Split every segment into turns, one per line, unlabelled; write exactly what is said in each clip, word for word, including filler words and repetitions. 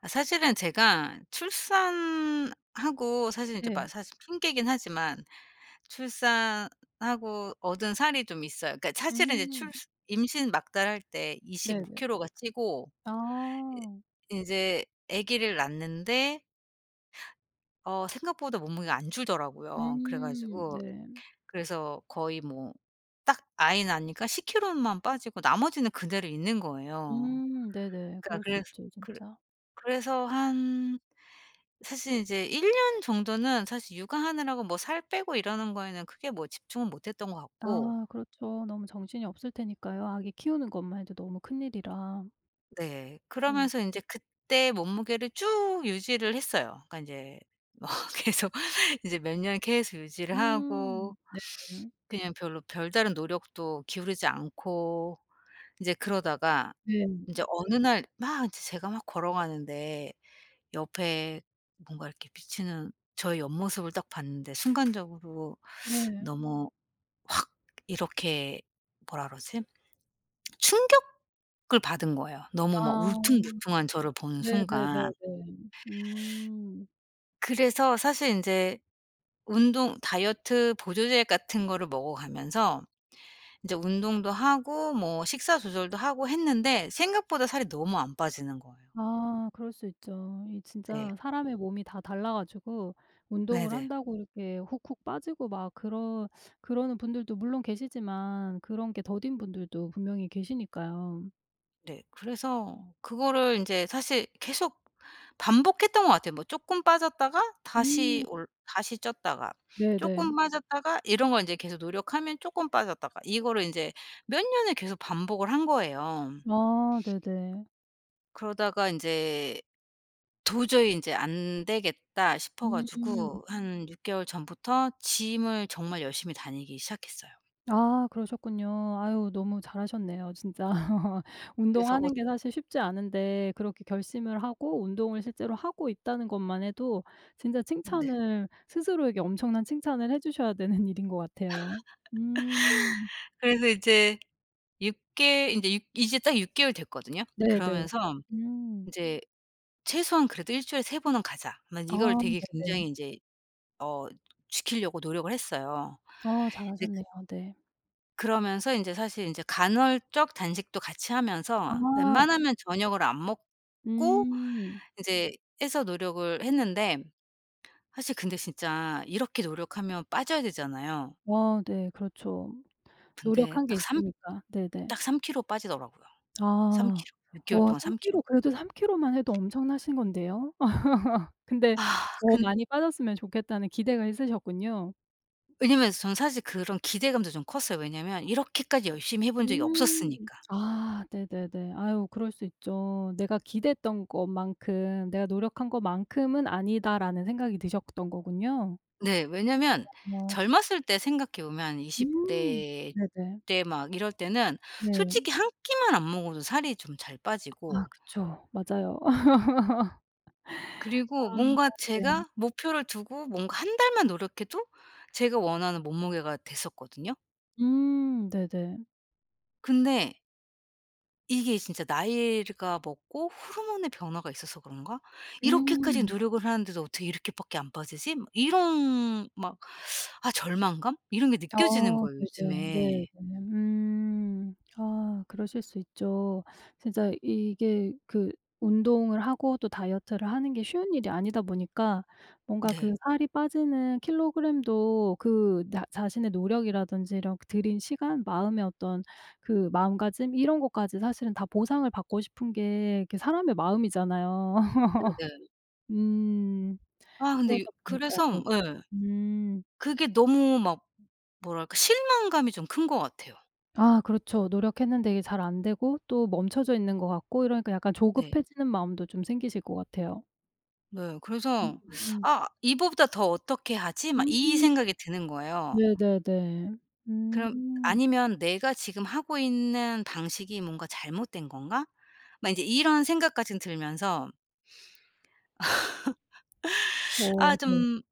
아 사실은 제가 출산하고 사실 이제 막
네.
사실 핑계긴 하지만 출산하고 얻은 살이 좀 있어요. 그러니까 사실은 이제 출
음.
임신 막달할 때 이십오
네네.
킬로가 찌고
아.
이제 아기를 낳는데 어 생각보다 몸무게가 안 줄더라고요. 그래
음.
가지고
네.
그래서 거의 뭐 딱 아이 낳으니까 십 킬로만 빠지고 나머지는 그대로 있는 거예요.
음. 네네.
그러니까
그럴 수
그래서
있죠
그
진짜.
그래서 한 사실 이제일 년 정도는 사실 육아하느라고 뭐 살 빼고 이러는 거에는 크게 뭐 집중은 못 했던 것 같고
아 그렇죠. 너무 정신이 없을 테니까요. 아기 키우는 것만 해도 너무 큰일이라.
네.
네.
그러면서 인제 그때 몸무게를 쭉 유지를 했어요. 그러니까 인제 뭐 계속 이제 몇 년 계속 유지를 하고
음. 네.
그냥 별로 별다른 노력도 기울이지 않고 인제 그러다가
네.
인제 어느 날막제 제가 막 걸어가는데 옆에 뭔가 이렇게 비치는 저의 옆모습을 딱 봤는데 순간적으로
네.
너무 이렇게 뭐라 그러지? 충격을 받은 거예요. 너무 막
아.
울퉁불퉁한 저를 보는 순간.
네네네네. 음.
그래서 사실 인제 운동 다이어트 보조제 같은 거를 먹어가면서 인제 운동도 하고 뭐 식사 조절도 하고 했는데 생각보다 살이 너무 안 빠지는 거예요.
아 그럴 수 있죠. 이
네.
진짜 사람의 몸이 다 달라 가지고 운동을
네네.
한다고 이렇게 훅훅 빠지고 막 그런 그러는 분들도 물론 계시지만 그런 게 더딘 분들도 분명히 계시니까요.
네. 그래서 그거를 인제 사실 계속 반복했던 것 같아요. 뭐 쪼끔 빠졌다가 다시
음
올 다시 쪘다가 쪼끔
네네.
빠졌다가 이런 걸 인제 계속 노력하면 쪼끔 빠졌다가 이거를 인제 몇 년을 계속 반복을 한 거예요.
아 네네.
그러다가 인제 도저히 인제 '안 되겠다.' 싶어
음.
가지고 한 육 개월 전부터 gym을 정말 열심히 다니기 시작했어요.
아 그러셨군요. 아유 너무 잘하셨네요 진짜.
그래서 어
운동하는 게 사실 쉽지 않은데 그렇게 결심을 하고 운동을 실제로 하고 있다는 것만 해도 진짜
네.
칭찬을 스스로에게 엄청난 칭찬을 해 주셔야 되는 일인 것 같아요. 음.
그래서 이제 6 개 인제 육 이제 딱 육 개월 됐거든요.
네네.
그러면서
음.
인제 '최소한 그래도 일 주일에 세 번은 가자.' 막
아
이걸 되게
네네.
굉장히 인제 어 지키려고 노력을 했어요.
아
이제 그,
잘하셨네요. 네.
그러면서 인제 사실 인제 간헐적 단식도 같이
아
하면서
네.
웬만하면 저녁을 안 먹고
음.
인제 해서 노력을 했는데 사실 근데 진짜 이렇게 노력하면 빠져야 되잖아요.
아 네. 그렇죠.
근데
노력한 게
딱 3
있으니까. 네네.
딱삼 킬로 빠지더라고요. 삼
아.
킬로. 육 개월
어
동안
삼
삼 킬로.
킬로 그래도 삼 킬로만 해도 엄청나신 건데요. 근데
아
더
근
많이 빠졌으면 좋겠다는 기대가 있으셨군요.
왜냐면 저는 사실 그런 기대감도 좀 컸어요. 왜냐면 이렇게까지 열심히 해본 적이
음.
없었으니까.
아 네네네. 아유 그럴 수 있죠. '내가 기대했던 것만큼 내가 노력한 것만큼은 아니다.'라는 생각이 드셨던 거군요.
네. 왜냐면
어.
젊었을 때 생각해 보면 한 20
음.
대
네네.
때 막 이럴 때는
네.
솔직히 한 끼만 안 먹어도 살이 좀 잘
아
빠지고
그쵸. 맞아요. 아
그리고 뭔가
네.
제가 목표를 두고 뭔가 한 달만 노력해도 제가 원하는 몸무게가 됐었거든요.
음 네네.
근데 이게 진짜 나이가 먹고 호르몬의 변화가 있어서 그런가? '이렇게까지
음.
노력을 하는데도 어떻게 이렇게 밖에 안 빠지지?' 막 이런 막 아 절망감? 이런 게 느껴지는
어
거예요
네네.
요즘에.
네네. 음. 아 그러실 수 있죠. 진짜 이게 그 운동을 하고 또 다이어트를 하는 게 쉬운 일이 아니다 보니까 뭔가
네.
그 살이 빠지는 킬로그램도 그 나 자신의 노력이라든지 이런 그 들인 시간, 마음의 어떤 그 마음가짐 이런 것까지 사실은 다 보상을 받고 싶은 게 이게 사람의 마음이잖아요.
네네.
음.
아 근데 요
그러다 보니까
그래서
네네.
음, 예.
음.
그게 너무 막 뭐랄까 실망감이 좀 큰 것 같아요.
아 그렇죠. 노력했는데 이게 잘 안 되고 또 멈춰져 있는 것 같고 이러니까 약간
네.
조급해지는 마음도 좀 생기실 것 같아요.
네. 그래서
음.
'아 이보다 더 어떻게 하지?' 막 이
음
생각이 드는 거예요.
네네네.
그럼
음.
아니면 '내가 지금 하고 있는 방식이 뭔가 잘못된 건가?' 막 인제 이런 생각까진 들면서 아
어 네.
좀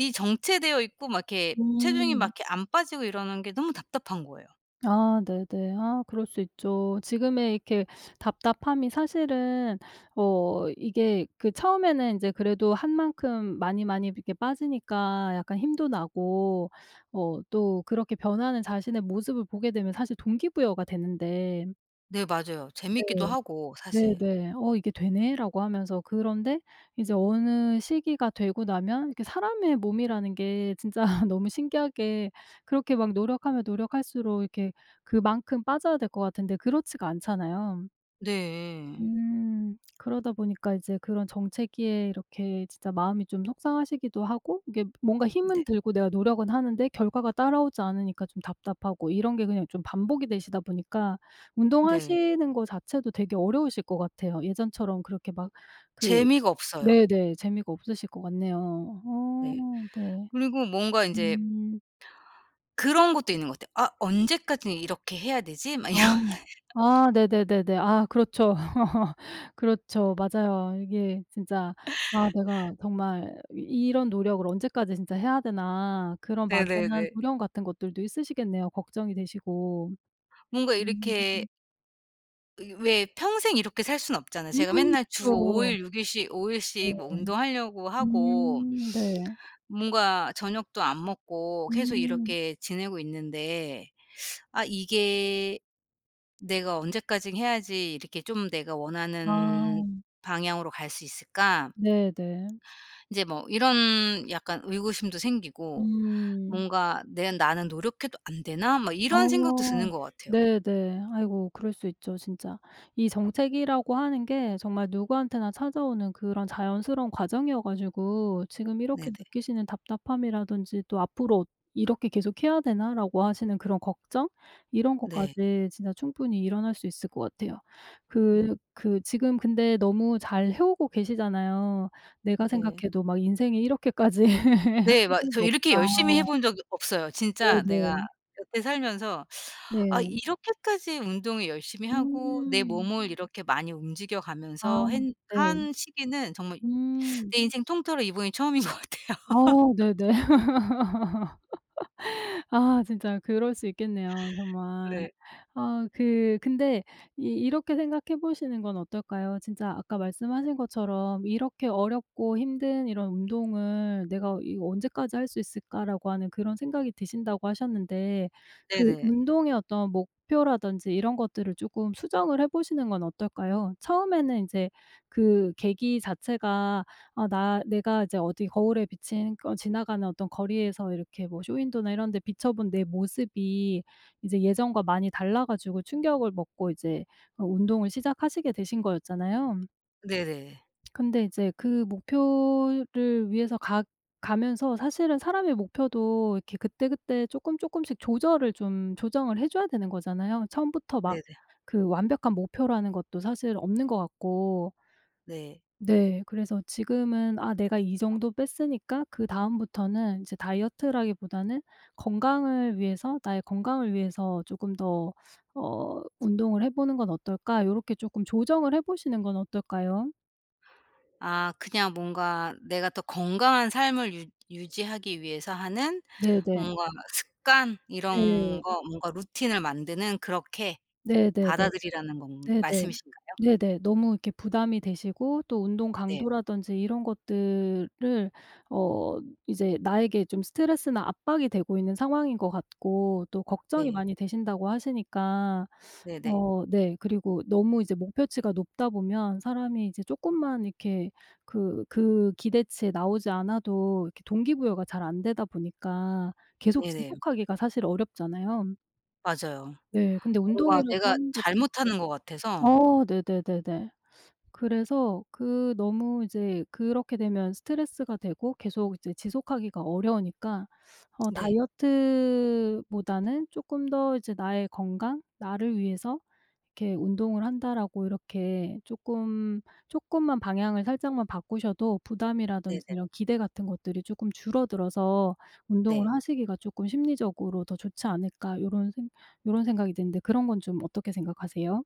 이 정체되어 있고 막 이렇게 체중이 막
음.
이렇게 안 빠지고 이러는 게 너무 답답한 거예요.
아 네네. 아 그럴 수 있죠. 지금의 이렇게 답답함이 사실은 어 이게 그 처음에는 인제 그래도 한 만큼 많이, 많이 이렇게 빠지니까 약간 힘도 나고 어 또 그렇게 변하는 자신의 모습을 보게 되면 사실 동기부여가 되는데
네 맞아요. 재밌기도
네.
하고 사실.
네네. '어 이게 되네.'라고 하면서 그런데 이제 어느 시기가 되고 나면 이게 사람의 몸이라는 게 진짜 너무 신기하게 그렇게 막 노력하면 노력할수록 이렇게 그만큼 빠져야 될 것 같은데 그렇지가 않잖아요.
네.
음. 그러다 보니까 이제 그런 정체기에 이렇게 진짜 마음이 좀 속상하시기도 하고 이게 뭔가
네.
힘은 들고 내가 노력은 하는데 결과가 따라오지 않으니까 좀 답답하고 이런 게 그냥 좀 반복이 되시다 보니까
네.
운동하시는 거 자체도 되게 어려우실 것 같아요. 예전처럼 그렇게 막 그
재미가 없어요.
네네. 재미가 없으실 것 같네요.
네.
어 네.
그리고 뭔가 인제
음.
그런 것도 있는 것 같아요. '아 언제까지 이렇게 해야 되지?' 막
아.
이런
아 네네네네. 아 그렇죠. 그렇죠. 맞아요. 이게 진짜 '아 내가 정말 이 이런 노력을 언제까지 진짜 해야 되나.' 그런 막연한
네네네.
두려움 같은 것들도 있으시겠네요. 걱정이 되시고.
뭔가
음.
이렇게 이 왜 평생 이렇게 살 수는 없잖아요. 제가
음
맨날 주 5
그쵸.
일 6 일씩 오 일씩 뭐
네.
운동하려고 하고
음 네.
뭔가 저녁도 안 먹고 계속
음.
이렇게 지내고 있는데 '아 이게 내가 언제까지 해야지 이렇게 좀 내가 원하는
아
방향으로 갈 수 있을까?'
네네.
이제 뭐 이런 약간 의구심도 생기고
음.
뭔가 '내 나는 노력해도 안 되나?' 막 이런 생각도
어.
드는 것 같아요.
네네. 아이고 그럴 수 있죠 진짜. 이 정책이라고 하는 게 정말 누구한테나 찾아오는 그런 자연스러운 과정이어 가지고 지금 이렇게
네네.
느끼시는 답답함이라든지 또 '앞으로 이렇게 계속해야 되나?'라고 하시는 그런 걱정? 이런
네.
것까지 진짜 충분히 일어날 수 있을 것 같아요. 그
네.
그 지금 근데 너무 잘 해오고 계시잖아요. 내가
네.
생각해도 막 '인생에 이렇게까지
네.
한
막
적이
저 이렇게 열심히 해
없다.'
본 적이 없어요. 진짜 내가
네네.
여태 살면서 '아
네.
이렇게까지 운동을 열심히 하고 내
음.
몸을 이렇게 많이 움직여
아
가면서 했
네.
한 시기는 정말
음.
내 인생 통틀어 이번이 처음인 것
아
같아요.'
네네. 아 진짜 그럴 수 있겠네요 정말.
네.
아 그 근데 이 이렇게 생각해 보시는 건 어떨까요? 진짜 아까 말씀하신 것처럼 '이렇게 어렵고 힘든 이런 운동을 내가 이거 언제까지 할 수 있을까?'라고 하는 그런 생각이 드신다고 하셨는데 그
네네.
운동의 어떤 목표라든지 이런 것들을 쪼끔 수정을 해 보시는 건 어떨까요? 처음에는 인제 그 계기 자체가 아 나 내가 이제 어디 거울에 비친 거 지나가는 어떤 거리에서 이렇게 뭐 쇼윈도나 이런 데 비춰 본 내 모습이 이제 예전과 많이 달라 가지고 충격을 먹고 이제 어 운동을 시작하시게 되신 거였잖아요.
네네.
근데 이제 그 목표를 위해서 가 가면서 사실은 사람의 목표도 이렇게 그때그때 조금조금씩 조절을 좀 조정을 해 줘야 되는 거잖아요. 처음부터 막
네네.
그 완벽한 목표라는 것도 사실 없는 것 같고
네.
네. 그래서 지금은 '아 내가 이 정도 뺐으니까 그다음부터는 이제 다이어트라기보다는 건강을 위해서 나의 건강을 위해서 조금 더 어 운동을 해 보는 건 어떨까?' 요렇게 조금 조정을 해 보시는 건 어떨까요?
아 그냥 뭔가 내가 더 건강한 삶을 유 유지하기 위해서 하는
네네.
뭔가 습관
네.
이런 거 뭔가 루틴을 만드는 그렇게
네네네.
받아들이라는 건
네네.
말씀이신가요?
네네. 너무 이렇게 부담이 되시고 또 운동
네.
강도라든지 이런 것들을 어 이제 나에게 좀 스트레스나 압박이 되고 있는 상황인 것 같고 또 걱정이
네.
많이 되신다고 하시니까
네네.
어 네 그리고 너무 이제 목표치가 높다 보면 사람이 이제 쪼끔만 이렇게 그 그 기대치에 나오지 않아도 이렇게 동기부여가 잘 안 되다 보니까 계속
네네.
지속하기가 사실 어렵잖아요.
맞아요.
네. 근데
뭔가
운동이라고
내가
하는 것도 이제
잘못하는 것 같아서.
어 네네네네. 그래서 그 너무 이제 그렇게 되면 스트레스가 되고 계속 이제 지속하기가 어려우니까 어 네.
네.
다이어트보다는 쪼끔 더 이제 '나의 건강, 나를 위해서 이렇게 운동을 한다.'라고 이렇게 쪼끔 쪼끔만 방향을 살짝만 바꾸셔도
네네.
부담이라든지
네.
이런 기대 같은 것들이 쪼끔 줄어들어서 운동을
네.
하시기가 쪼끔 심리적으로 더 좋지 않을까 요런 생 요런 생각이 드는데 그런 건 좀 어떻게 생각하세요?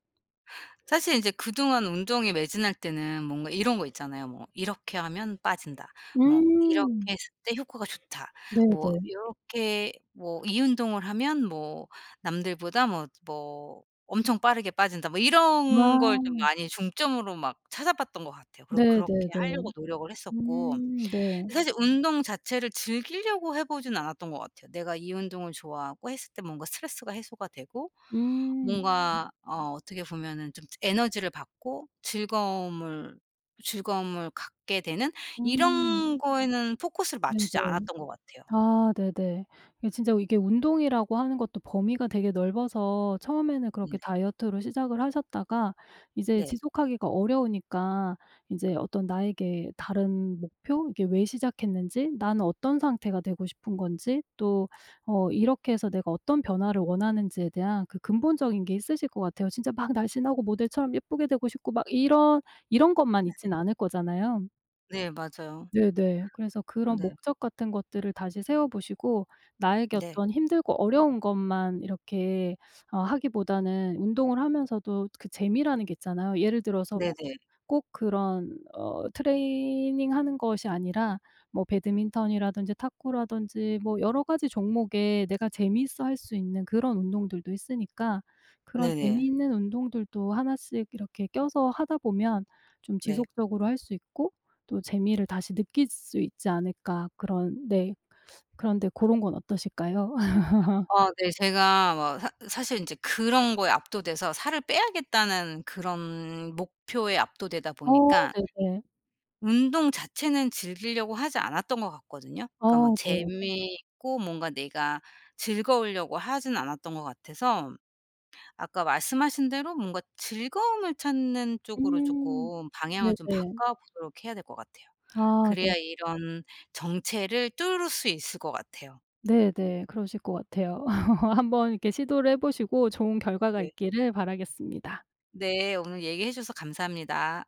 사실 이제 그동안 운동에 매진할 때는 뭔가 이런 거 있잖아요. 뭐 '이렇게 하면 빠진다.' 뭐 '이렇게
음.
했을 때 효과가 좋다.' 뭐
네네.
요렇게 뭐 '이 운동을 하면 뭐 남들보다 뭐 뭐 엄청 빠르게 빠진다.' 뭐 이런 걸 좀
아
많이 중점으로 막 찾아봤던 것 같아요. 그리고 그렇게 하려고
네네네.
노력을 했었고
음 네.
사실 운동 자체를 즐기려고 해 보진 않았던 것 같아요. 내가 이 운동을 좋아하고 했을 때 뭔가 스트레스가 해소가 되고
음.
뭔가 어 어떻게 보면은 좀 에너지를 받고 즐거움을 즐거움을 갖게 되는
음.
이런 음. 거에는 포커스를 맞추지
네네.
않았던 것 같아요.
아 네네. 이게 진짜 이게 운동이라고 하는 것도 범위가 되게 넓어서 처음에는
음
그렇게 다이어트로 시작을 하셨다가 이제
네.
지속하기가 어려우니까 이제 어떤 나에게 다른 목표 이게 왜 시작했는지 나는 어떤 상태가 되고 싶은 건지 또 어 이렇게 해서 내가 어떤 변화를 원하는지에 대한 그 근본적인 게 있으실 것 같아요. 진짜 막 날씬하고 모델처럼 예쁘게 되고 싶고 막 이런 이런 것만 있진 않을 거잖아요.
네 맞아요.
네네. 그래서 그런
네.
목적 같은 것들을 다시 세워 보시고 나에게
네.
어떤 힘들고 어려운 것만 이렇게 어 하기보다는 운동을 하면서도 그 재미라는 게 있잖아요. 예를 들어서 뭐
네네.
꼭 그런 어 트레이닝하는 것이 아니라 뭐 배드민턴이라든지 탁구라든지 뭐 여러 가지 종목에 내가 재미있어 할 수 있는 그런 운동들도 있으니까 그런
네네.
재미있는 운동들도 하나씩 이렇게 껴서 하다 보면 좀
네.
지속적으로 할 수 있고 또 재미를 다시 느낄 수 있지 않을까 그런 네. 그런데 고런 건 어떠실까요?
아 네 제가 뭐 사 사실 이제 그런 거에 압도돼서 살을 빼야겠다는 그런 목표에 압도되다
어
보니까
네네.
운동 자체는 즐기려고 하지 않았던 것 같거든요. 그러니까 막 음.
어 네.
재미있고 뭔가 내가 즐거우려고 하진 않았던 것 같아서 아까 말씀하신 대로 뭔가 즐거움을 찾는 쪽으로
음.
조금 방향을 좀
네네.
바꿔보도록 해야 될 것 같아요.
아 네.
그래야 이런 정체를 뚫을 수 있을 것 같아요.
네네. 그러실 것 같아요. 한번 이렇게 시도를 해 보시고 좋은 결과가
네.
있기를 바라겠습니다.
네. 오늘 얘기해 주셔서 감사합니다.